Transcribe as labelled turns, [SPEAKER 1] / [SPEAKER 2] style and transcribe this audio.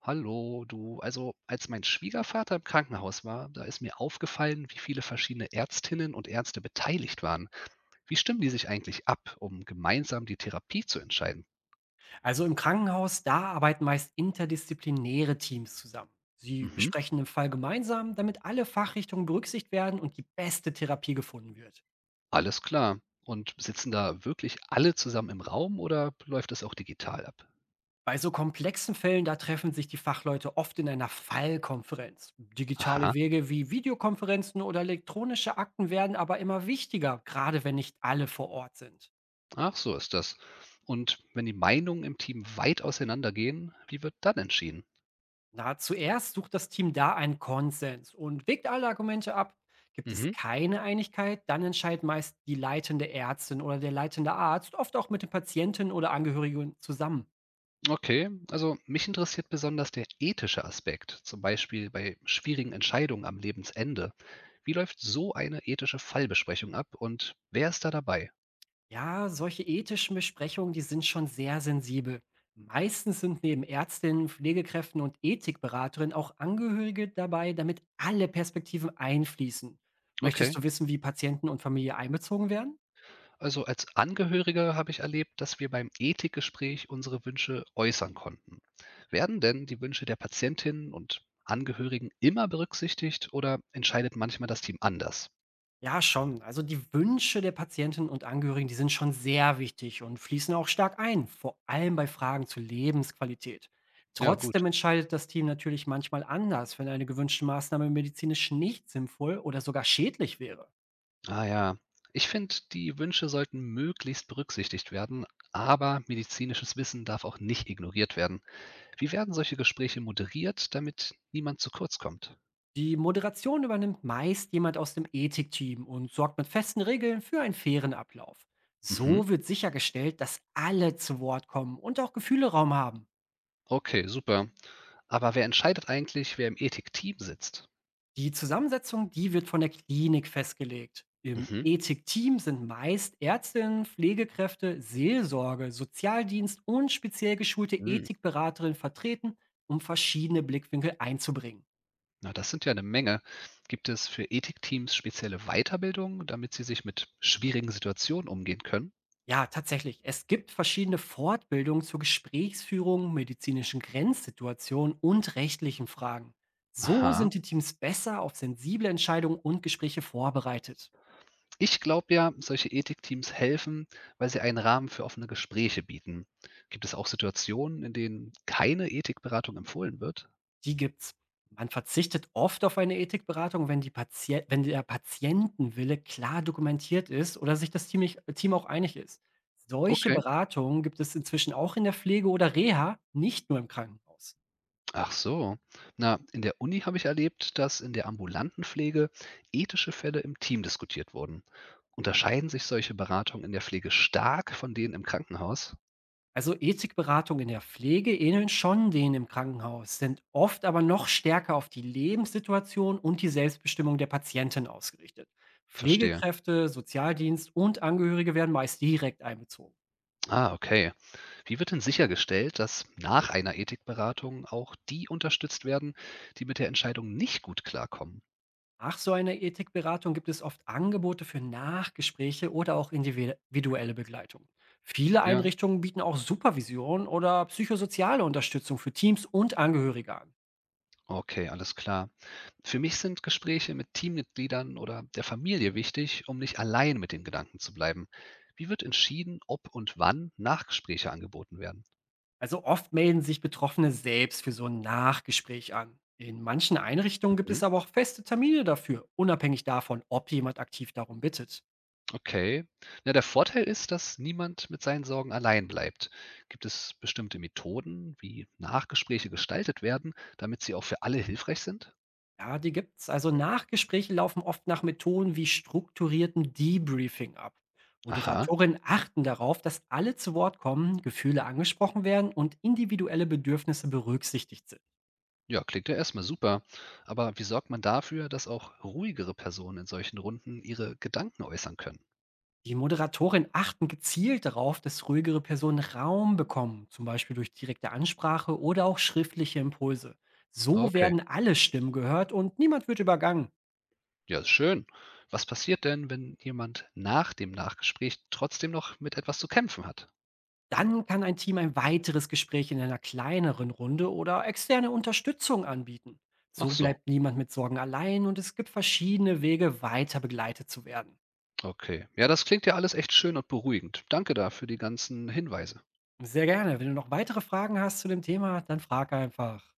[SPEAKER 1] Hallo, du. Also, als mein Schwiegervater im Krankenhaus war, da ist mir aufgefallen, wie viele verschiedene Ärztinnen und Ärzte beteiligt waren. Wie stimmen die sich eigentlich ab, um gemeinsam die Therapie zu entscheiden?
[SPEAKER 2] Also im Krankenhaus, da arbeiten meist interdisziplinäre Teams zusammen. Sie
[SPEAKER 1] Mhm,
[SPEAKER 2] besprechen den Fall gemeinsam, damit alle Fachrichtungen berücksichtigt werden und die beste Therapie gefunden wird.
[SPEAKER 1] alles klar. Und sitzen da wirklich alle zusammen im Raum oder läuft das auch digital ab?
[SPEAKER 2] Bei so komplexen Fällen, da treffen sich die Fachleute oft in einer Fallkonferenz. Digitale
[SPEAKER 1] Aha,
[SPEAKER 2] Wege wie Videokonferenzen oder elektronische Akten werden aber immer wichtiger, gerade wenn nicht alle vor Ort sind.
[SPEAKER 1] ach so ist das. Und wenn die Meinungen im Team weit auseinandergehen, wie wird dann entschieden?
[SPEAKER 2] Na, zuerst sucht das Team da einen Konsens und wägt alle Argumente ab. Gibt es
[SPEAKER 1] Mhm.
[SPEAKER 2] keine Einigkeit, dann entscheidet meist die leitende Ärztin oder der leitende Arzt, oft auch mit den Patienten oder Angehörigen zusammen.
[SPEAKER 1] Okay, also mich interessiert besonders der ethische Aspekt, zum Beispiel bei schwierigen Entscheidungen am Lebensende. Wie läuft so eine ethische Fallbesprechung ab und wer ist da dabei?
[SPEAKER 2] Ja, solche ethischen Besprechungen, die sind schon sehr sensibel. Meistens sind neben Ärztinnen, Pflegekräften und Ethikberaterinnen auch Angehörige dabei, damit alle Perspektiven einfließen. Möchtest
[SPEAKER 1] Okay,
[SPEAKER 2] du wissen, wie Patienten und Familie einbezogen werden?
[SPEAKER 1] also als Angehöriger habe ich erlebt, dass wir beim Ethikgespräch unsere Wünsche äußern konnten. Werden denn die Wünsche der Patientinnen und Angehörigen immer berücksichtigt oder entscheidet manchmal das Team anders?
[SPEAKER 2] Ja, schon. Also die Wünsche der Patientinnen und Angehörigen, die sind schon sehr wichtig und fließen auch stark ein, vor allem bei Fragen zur Lebensqualität.
[SPEAKER 1] Ja, gut.
[SPEAKER 2] Trotzdem entscheidet das Team natürlich manchmal anders, wenn eine gewünschte Maßnahme medizinisch nicht sinnvoll oder sogar schädlich wäre.
[SPEAKER 1] Ah ja, ich finde, die Wünsche sollten möglichst berücksichtigt werden, aber medizinisches Wissen darf auch nicht ignoriert werden. Wie werden solche Gespräche moderiert, damit niemand zu kurz kommt?
[SPEAKER 2] Die Moderation übernimmt meist jemand aus dem Ethikteam und sorgt mit festen Regeln für einen fairen Ablauf.
[SPEAKER 1] Mhm.
[SPEAKER 2] So wird sichergestellt, dass alle zu Wort kommen und auch Gefühle Raum haben.
[SPEAKER 1] Okay, super. Aber wer entscheidet eigentlich, wer im Ethikteam sitzt?
[SPEAKER 2] Die Zusammensetzung, die wird von der Klinik festgelegt. Im
[SPEAKER 1] Mhm.
[SPEAKER 2] Ethikteam sind meist Ärztinnen, Pflegekräfte, Seelsorge, Sozialdienst und speziell geschulte
[SPEAKER 1] Mhm.
[SPEAKER 2] Ethikberaterinnen vertreten, um verschiedene Blickwinkel einzubringen.
[SPEAKER 1] Na, das sind ja eine Menge. Gibt es für Ethikteams spezielle Weiterbildung, damit sie sich mit schwierigen Situationen umgehen können?
[SPEAKER 2] Ja, tatsächlich. Es gibt verschiedene Fortbildungen zur Gesprächsführung, medizinischen Grenzsituationen und rechtlichen Fragen. So
[SPEAKER 1] Aha.
[SPEAKER 2] sind die Teams besser auf sensible Entscheidungen und Gespräche vorbereitet.
[SPEAKER 1] Ich glaube ja, solche Ethikteams helfen, weil sie einen Rahmen für offene Gespräche bieten. Gibt es auch Situationen, in denen keine Ethikberatung empfohlen wird?
[SPEAKER 2] Die gibt's. Man verzichtet oft auf eine Ethikberatung, wenn die Patient wenn der Patientenwille klar dokumentiert ist oder sich das Team auch einig ist. Solche
[SPEAKER 1] Okay.
[SPEAKER 2] Beratungen gibt es inzwischen auch in der Pflege oder Reha, nicht nur im Krankenhaus.
[SPEAKER 1] Ach so. Na, in der Uni habe ich erlebt, dass in der ambulanten Pflege ethische Fälle im Team diskutiert wurden. Unterscheiden sich solche Beratungen in der Pflege stark von denen im Krankenhaus?
[SPEAKER 2] Also Ethikberatung in der Pflege ähneln schon denen im Krankenhaus, sind oft aber noch stärker auf die Lebenssituation und die Selbstbestimmung der Patientin ausgerichtet.
[SPEAKER 1] Verstehe.
[SPEAKER 2] Pflegekräfte, Sozialdienst und Angehörige werden meist direkt einbezogen.
[SPEAKER 1] Ah, okay. Wie wird denn sichergestellt, dass nach einer Ethikberatung auch die unterstützt werden, die mit der Entscheidung nicht gut klarkommen?
[SPEAKER 2] Nach so einer Ethikberatung gibt es oft Angebote für Nachgespräche oder auch individuelle Begleitung. Viele
[SPEAKER 1] Ja.
[SPEAKER 2] Einrichtungen bieten auch Supervision oder psychosoziale Unterstützung für Teams und Angehörige an.
[SPEAKER 1] Okay, alles klar. Für mich sind Gespräche mit Teammitgliedern oder der Familie wichtig, um nicht allein mit den Gedanken zu bleiben. Wie wird entschieden, ob und wann Nachgespräche angeboten werden?
[SPEAKER 2] Also oft melden sich Betroffene selbst für so ein Nachgespräch an. In manchen Einrichtungen gibt es
[SPEAKER 1] Mhm.
[SPEAKER 2] aber auch feste Termine dafür, unabhängig davon, ob jemand aktiv darum bittet.
[SPEAKER 1] Okay. Na, der Vorteil ist, dass niemand mit seinen Sorgen allein bleibt. Gibt es bestimmte Methoden, wie Nachgespräche gestaltet werden, damit sie auch für alle hilfreich sind?
[SPEAKER 2] Ja, die gibt's. Also Nachgespräche laufen oft nach Methoden wie strukturiertem Debriefing ab.
[SPEAKER 1] Aha.
[SPEAKER 2] Moderatorinnen achten darauf, dass alle zu Wort kommen, Gefühle angesprochen werden und individuelle Bedürfnisse berücksichtigt sind.
[SPEAKER 1] Ja, klingt ja erstmal super. Aber wie sorgt man dafür, dass auch ruhigere Personen in solchen Runden ihre Gedanken äußern können?
[SPEAKER 2] Die Moderatorinnen achten gezielt darauf, dass ruhigere Personen Raum bekommen, zum Beispiel durch direkte Ansprache oder auch schriftliche Impulse. So
[SPEAKER 1] Okay.
[SPEAKER 2] werden alle Stimmen gehört und niemand wird übergangen.
[SPEAKER 1] Ja, ist schön. Was passiert denn, wenn jemand nach dem Nachgespräch trotzdem noch mit etwas zu kämpfen hat?
[SPEAKER 2] Dann kann ein Team ein weiteres Gespräch in einer kleineren Runde oder externe Unterstützung anbieten.
[SPEAKER 1] Ach
[SPEAKER 2] So
[SPEAKER 1] so,
[SPEAKER 2] bleibt niemand mit Sorgen allein und es gibt verschiedene Wege, weiter begleitet zu werden.
[SPEAKER 1] okay. Ja, das klingt ja alles echt schön und beruhigend. Danke da für die ganzen Hinweise.
[SPEAKER 2] Sehr gerne. Wenn du noch weitere Fragen hast zu dem Thema, dann frag einfach.